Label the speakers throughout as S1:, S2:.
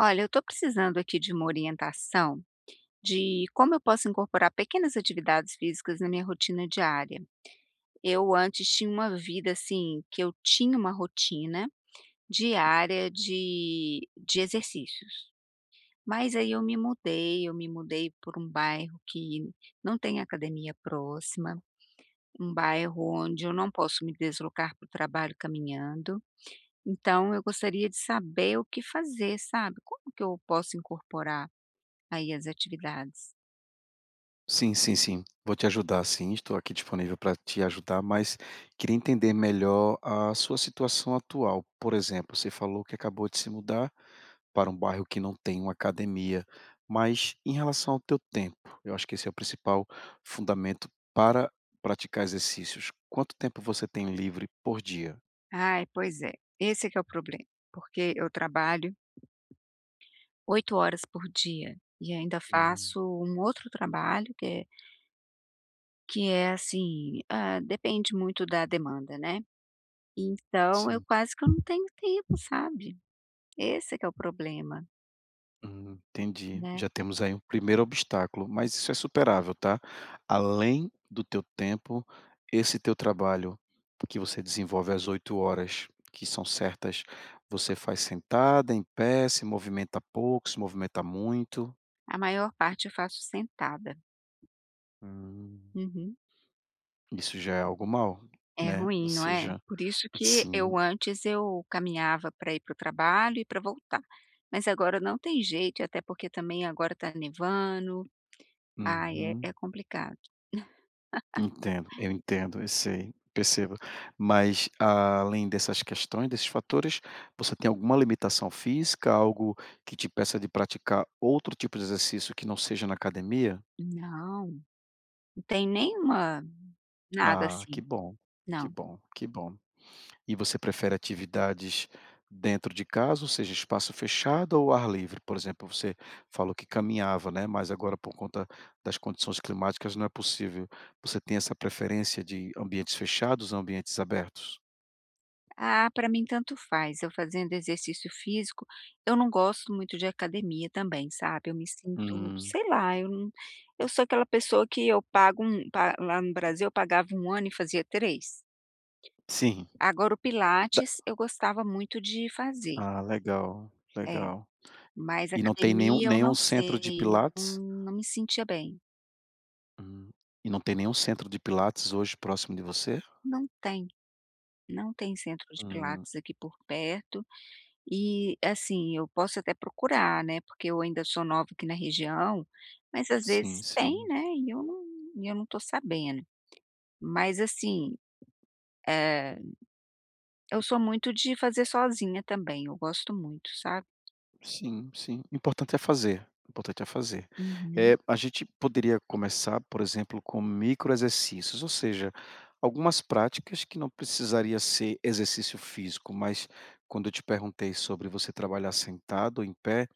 S1: Olha, eu estou precisando aqui de uma orientação de como eu posso incorporar pequenas atividades físicas na minha rotina diária. Eu antes tinha uma vida assim, que eu tinha uma rotina diária de exercícios. Mas aí eu me mudei por um bairro que não tem academia próxima, um bairro onde eu não posso me deslocar para o trabalho caminhando. Então eu gostaria de saber o que fazer, sabe? Como que eu posso incorporar aí as atividades.
S2: Sim, sim, sim. Vou te ajudar sim, estou aqui disponível para te ajudar, mas queria entender melhor a sua situação atual. Por exemplo, você falou que acabou de se mudar para um bairro que não tem uma academia, mas em relação ao teu tempo, eu acho que esse é o principal fundamento para praticar exercícios. Quanto tempo você tem livre por dia?
S1: Ai, pois é, esse é que é o problema, porque eu trabalho 8 horas por dia e ainda
S2: Hum,
S1: faço um outro trabalho que é depende muito da demanda, né. Então eu
S2: sim.
S1: quase que eu não tenho tempo, sabe. Esse é que é o problema,
S2: Entendi.
S1: né.
S2: Já temos aí um primeiro obstáculo, mas isso é superável, tá? Além do teu tempo, esse teu trabalho que você desenvolve às 8 horas, que são certas, você faz sentada, em pé, se movimenta pouco, se movimenta muito.
S1: A maior parte eu faço sentada.
S2: Hum,
S1: Uhum.
S2: isso já é algo mal,
S1: É
S2: né? Ou
S1: ruim, não é?
S2: seja,
S1: Por isso que
S2: sim.
S1: eu antes eu caminhava para ir para o trabalho e para voltar, mas agora não tem jeito, até porque também agora está nevando, ai
S2: Uhum.
S1: é complicado.
S2: Entendo, eu sei, percebo. Mas além dessas questões, desses fatores, você tem alguma limitação física, algo que te peça de praticar outro tipo de exercício que não seja na academia?
S1: Não, não tem nenhuma, nada
S2: Ah, que
S1: assim,
S2: bom, que
S1: não.
S2: bom, que bom. E você prefere atividades dentro de casa, ou seja, espaço fechado ou ar livre? Por exemplo, você falou que caminhava, né? Mas agora por conta das condições climáticas não é possível. Você tem essa preferência de ambientes fechados ou ambientes abertos?
S1: Ah, para mim tanto faz, eu fazendo exercício físico, eu não gosto muito de academia também, sabe, eu me sinto,
S2: Hum,
S1: sei lá, eu não eu sou aquela pessoa que eu pago um pa lá no Brasil eu pagava um ano e fazia 3.
S2: sim.
S1: Agora o
S2: Da
S1: pilates eu gostava muito de fazer,
S2: Legal,
S1: é,
S2: legal.
S1: mas
S2: E não tem nenhum
S1: academia eu
S2: nenhum
S1: não
S2: centro de
S1: sei, não
S2: pilates?
S1: não me sentia bem.
S2: Hum. E não tem nenhum centro de pilates hoje próximo de você?
S1: Não tem, não tem centro de
S2: Hum,
S1: pilates aqui por perto e, assim, eu posso até procurar, né, porque eu ainda sou nova aqui na região, mas às
S2: sim,
S1: vezes tem,
S2: sim.
S1: né, e eu não tô sabendo. Mas, assim, eh, eu sou muito de fazer sozinha também, eu gosto muito, sabe.
S2: Sim, sim. O importante é fazer, o importante é fazer.
S1: Uhum,
S2: A gente poderia começar, por exemplo, com microexercícios, ou seja, algumas práticas que não precisaria ser exercício físico, mas quando eu te perguntei sobre você trabalhar sentado ou em pé,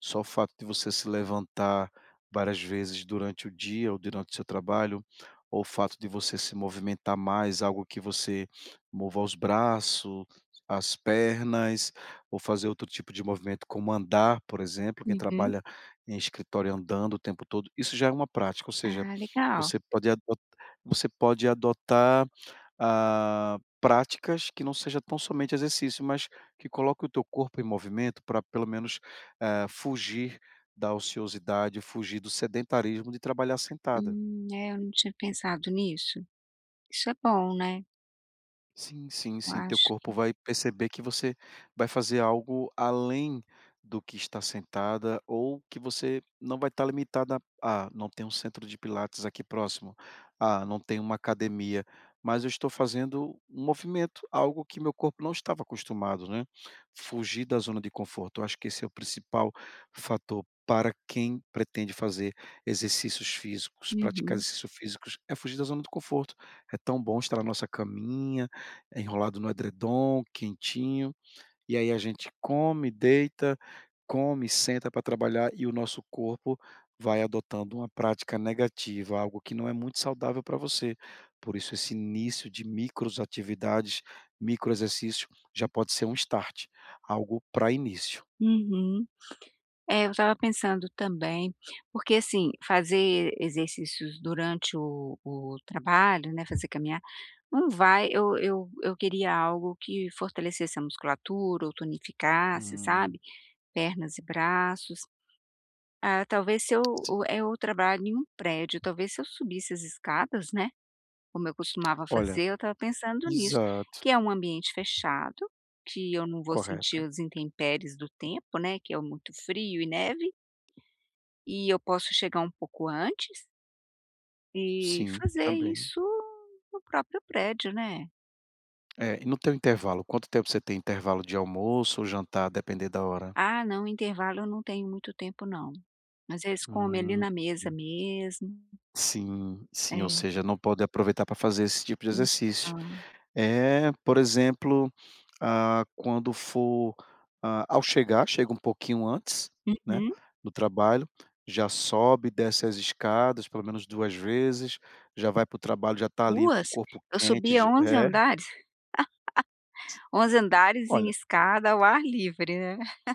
S2: só o fato de você se levantar várias vezes durante o dia ou durante o seu trabalho, ou o fato de você se movimentar mais, algo que você mova os braços, as pernas, ou fazer outro tipo de movimento, como andar, por exemplo, quem
S1: uhum.
S2: trabalha em escritório andando o tempo todo, isso já é uma prática, ou seja,
S1: Ah, legal.
S2: você pode adot você pode adotar, práticas que não seja tão somente exercício, mas que coloque o teu corpo em movimento para pelo menos, fugir da ociosidade, fugir do sedentarismo de trabalhar sentada.
S1: É, eu não tinha pensado nisso. Isso é bom, né,
S2: Sim, sim,
S1: eu
S2: sim. Teu
S1: acho que
S2: corpo vai perceber que você vai fazer algo além do que está sentada ou que você não vai estar limitada a: "Ah, não tem um centro de pilates aqui próximo. Ah, não tem uma academia, mas eu estou fazendo um movimento", algo que meu corpo não estava acostumado, né. Fugir da zona de conforto. Eu acho que esse é o principal fator para quem pretende fazer exercícios físicos, praticar
S1: uhum,
S2: exercícios físicos, é fugir da zona de conforto. É tão bom estar na nossa caminha, é enrolado no edredom, quentinho, e aí a gente come, deita, come, senta para trabalhar e o nosso corpo vai adotando uma prática negativa, algo que não é muito saudável para você. Por isso esse início de micros atividades, micro exercício, já pode ser um start, algo para início.
S1: uhum. É, eu estava pensando também, porque, assim, fazer exercícios durante o trabalho, né, fazer caminhar, não vai, eu queria algo que fortalecesse a musculatura ou tonificasse,
S2: Hum.
S1: sabe, pernas e braços. Ah, talvez se eu o
S2: Sim.
S1: eh, eu trabalho em um prédio, talvez se eu subisse as escadas, né, como eu costumava
S2: Olha,
S1: fazer. Eu estava pensando nisso,
S2: exato,
S1: que é um ambiente fechado, que eu não vou sentir
S2: correto.
S1: os intempéries do tempo, né, que é muito frio e neve, e eu posso chegar um pouco antes e
S2: Sim,
S1: fazer
S2: também.
S1: isso no próprio prédio, né.
S2: É, e no teu intervalo, quanto tempo você tem intervalo de almoço ou jantar, a depender da hora?
S1: Ah, não, intervalo eu não tenho muito tempo não. Às vezes come ali
S2: Hum.
S1: na mesa mesmo.
S2: Sim, sim, ou
S1: É,
S2: seja, não pode aproveitar para fazer esse tipo de exercício.
S1: então,
S2: É por exemplo, quando for, ao chegar, chega um pouquinho antes, né,
S1: uhum,
S2: do trabalho, já sobe e desce as escadas pelo menos 2 vezes, já vai para o trabalho, já está ali com o
S1: 2?
S2: corpo
S1: Eu
S2: quente,
S1: subia
S2: já
S1: 11
S2: é.
S1: andares, 11 andares em
S2: Olha,
S1: escada ao ar livre, né.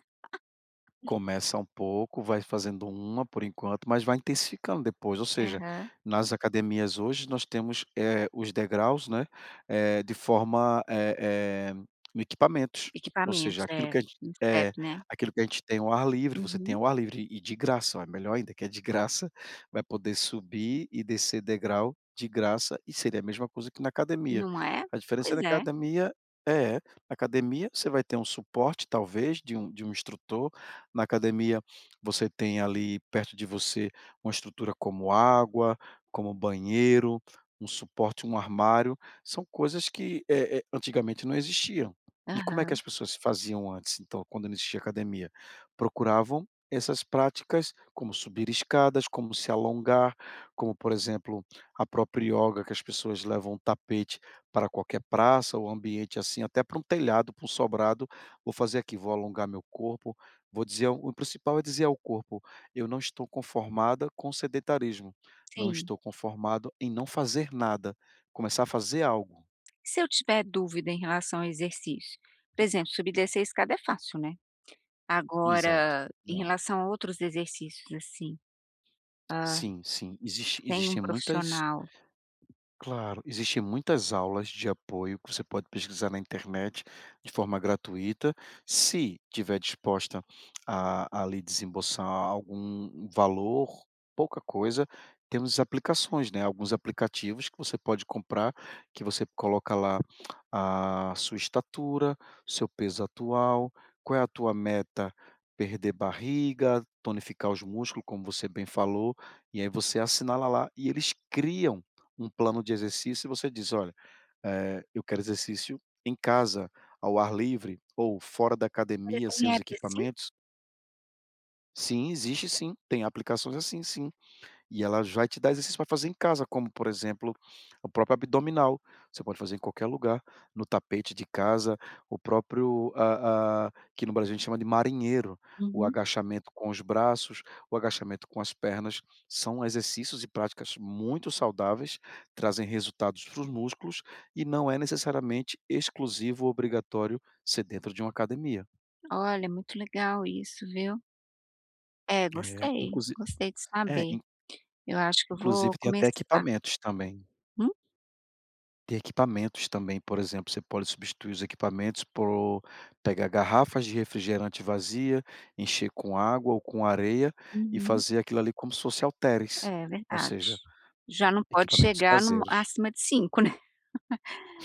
S2: começa um pouco, vai fazendo uma por enquanto, mas vai intensificando depois, ou seja,
S1: Aham.
S2: nas academias hoje nós temos, os degraus, né, de forma, no equipamentos, ou seja,
S1: Equipamentos, é, um step,
S2: é,
S1: né.
S2: aquilo que a gente tem ao ar livre, você tem
S1: Uhum.
S2: ao ar livre e de graça, ó, é melhor ainda que é de graça, vai poder subir e descer degrau de graça e seria a mesma coisa que na academia.
S1: Não é?
S2: A diferença da
S1: Pois é.
S2: academia é, na academia você vai ter um suporte talvez de um instrutor, na academia, você tem ali perto de você uma estrutura como água, como banheiro, um suporte, um armário. São coisas que antigamente não existiam. E como é que as
S1: Aham,
S2: pessoas faziam antes, então, quando não existia academia? Procuravam essas práticas, como subir escadas, como se alongar, como, por exemplo, a própria yoga, que as pessoas levam um tapete para qualquer praça ou ambiente assim, até para um telhado, para um sobrado. Vou fazer aqui, vou alongar meu corpo. O principal é dizer ao corpo: "Eu não estou conformada com o sedentarismo, não
S1: sim.
S2: estou conformado em não fazer nada", começar a fazer algo.
S1: Se eu tiver dúvida em relação ao exercício, por exemplo, subir e descer a escada é fácil, né.
S2: Exato,
S1: Agora, em
S2: exato.
S1: relação a outros exercícios, assim, hã,
S2: Sim, sim, existe
S1: sem um
S2: existem muitas.
S1: profissional.
S2: Claro, existem muitas aulas de apoio que você pode pesquisar na internet de forma gratuita, se tiver disposta a ali desembolsar algum valor, pouca coisa, temos aplicações, né? Alguns aplicativos que você pode comprar, que você coloca lá a sua estatura, seu peso atual, qual é a tua meta, perder barriga, tonificar os músculos, como você bem falou, e aí você assinala lá e eles criam um plano de exercício e você diz: "Olha, eu quero exercício em casa, ao ar livre ou fora da
S1: Olha,
S2: academia, sem
S1: tem
S2: os
S1: app assim?
S2: equipamentos". Sim, existe sim, tem aplicações assim sim. E ela vai te dar exercícios para fazer em casa, como, por exemplo, o próprio abdominal. Você pode fazer em qualquer lugar, no tapete de casa, o próprio, que no Brasil a gente chama de marinheiro, o
S1: Uhum.
S2: agachamento com os braços, o agachamento com as pernas, são exercícios e práticas muito saudáveis, trazem resultados para os músculos e não é necessariamente exclusivo ou obrigatório ser dentro de uma academia.
S1: Olha, muito legal isso, viu. É,
S2: É,
S1: gostei,
S2: inclusi
S1: gostei de
S2: é,
S1: saber.
S2: in-
S1: Eu acho que eu vou
S2: inclusive tem até
S1: começar.
S2: equipamentos também.
S1: Hum?
S2: Tem equipamentos também, por exemplo, você pode substituir os equipamentos por pegar garrafas de refrigerante vazia, encher com água ou com areia e
S1: Uhum.
S2: fazer aquilo ali como se fosse halteres,
S1: É
S2: ou
S1: verdade.
S2: seja,
S1: Já não pode
S2: equipamentos
S1: chegar num
S2: caseiros.
S1: acima de cinco, né.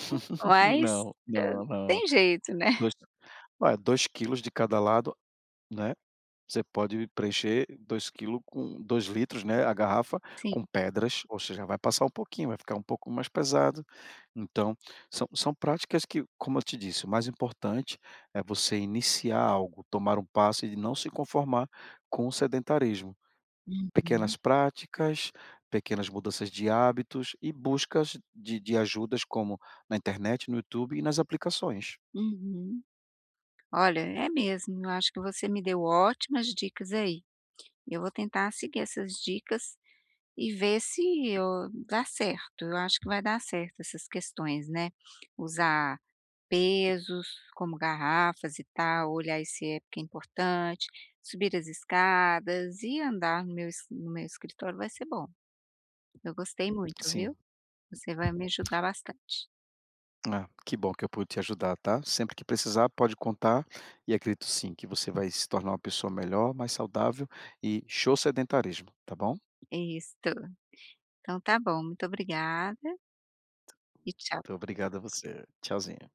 S1: Mas,
S2: Não,
S1: hã,
S2: não, não.
S1: tem jeito, né.
S2: 2, olha, 2 quilos de cada lado, né. Você pode preencher 2 quilos com 2 litros, né, a garrafa
S1: Sim.
S2: com pedras, ou seja, vai passar um pouquinho, vai ficar um pouco mais pesado. Então, são práticas que, como eu te disse, o mais importante é você iniciar algo, tomar um passo e não se conformar com o sedentarismo.
S1: Uhum,
S2: Pequenas práticas, pequenas mudanças de hábitos e buscas de ajudas como na internet, no YouTube e nas aplicações.
S1: uhum. Olha, é mesmo, eu acho que você me deu ótimas dicas aí. Eu vou tentar seguir essas dicas e ver se eu dá certo, eu acho que vai dar certo essas questões, né. Usar pesos como garrafas e tal, olhar, esse é porque é importante, subir as escadas e andar no meu es no meu escritório vai ser bom. Eu gostei muito, viu.
S2: Sim.
S1: Você vai me ajudar bastante.
S2: Ah, que bom que eu pude te ajudar, tá? Sempre que precisar, pode contar e acredito sim que você vai se tornar uma pessoa melhor, mais saudável e show sedentarismo, tá bom?
S1: É isso. Então tá bom, muito obrigada e tchau.
S2: Muito obrigado a você. Tchauzinho.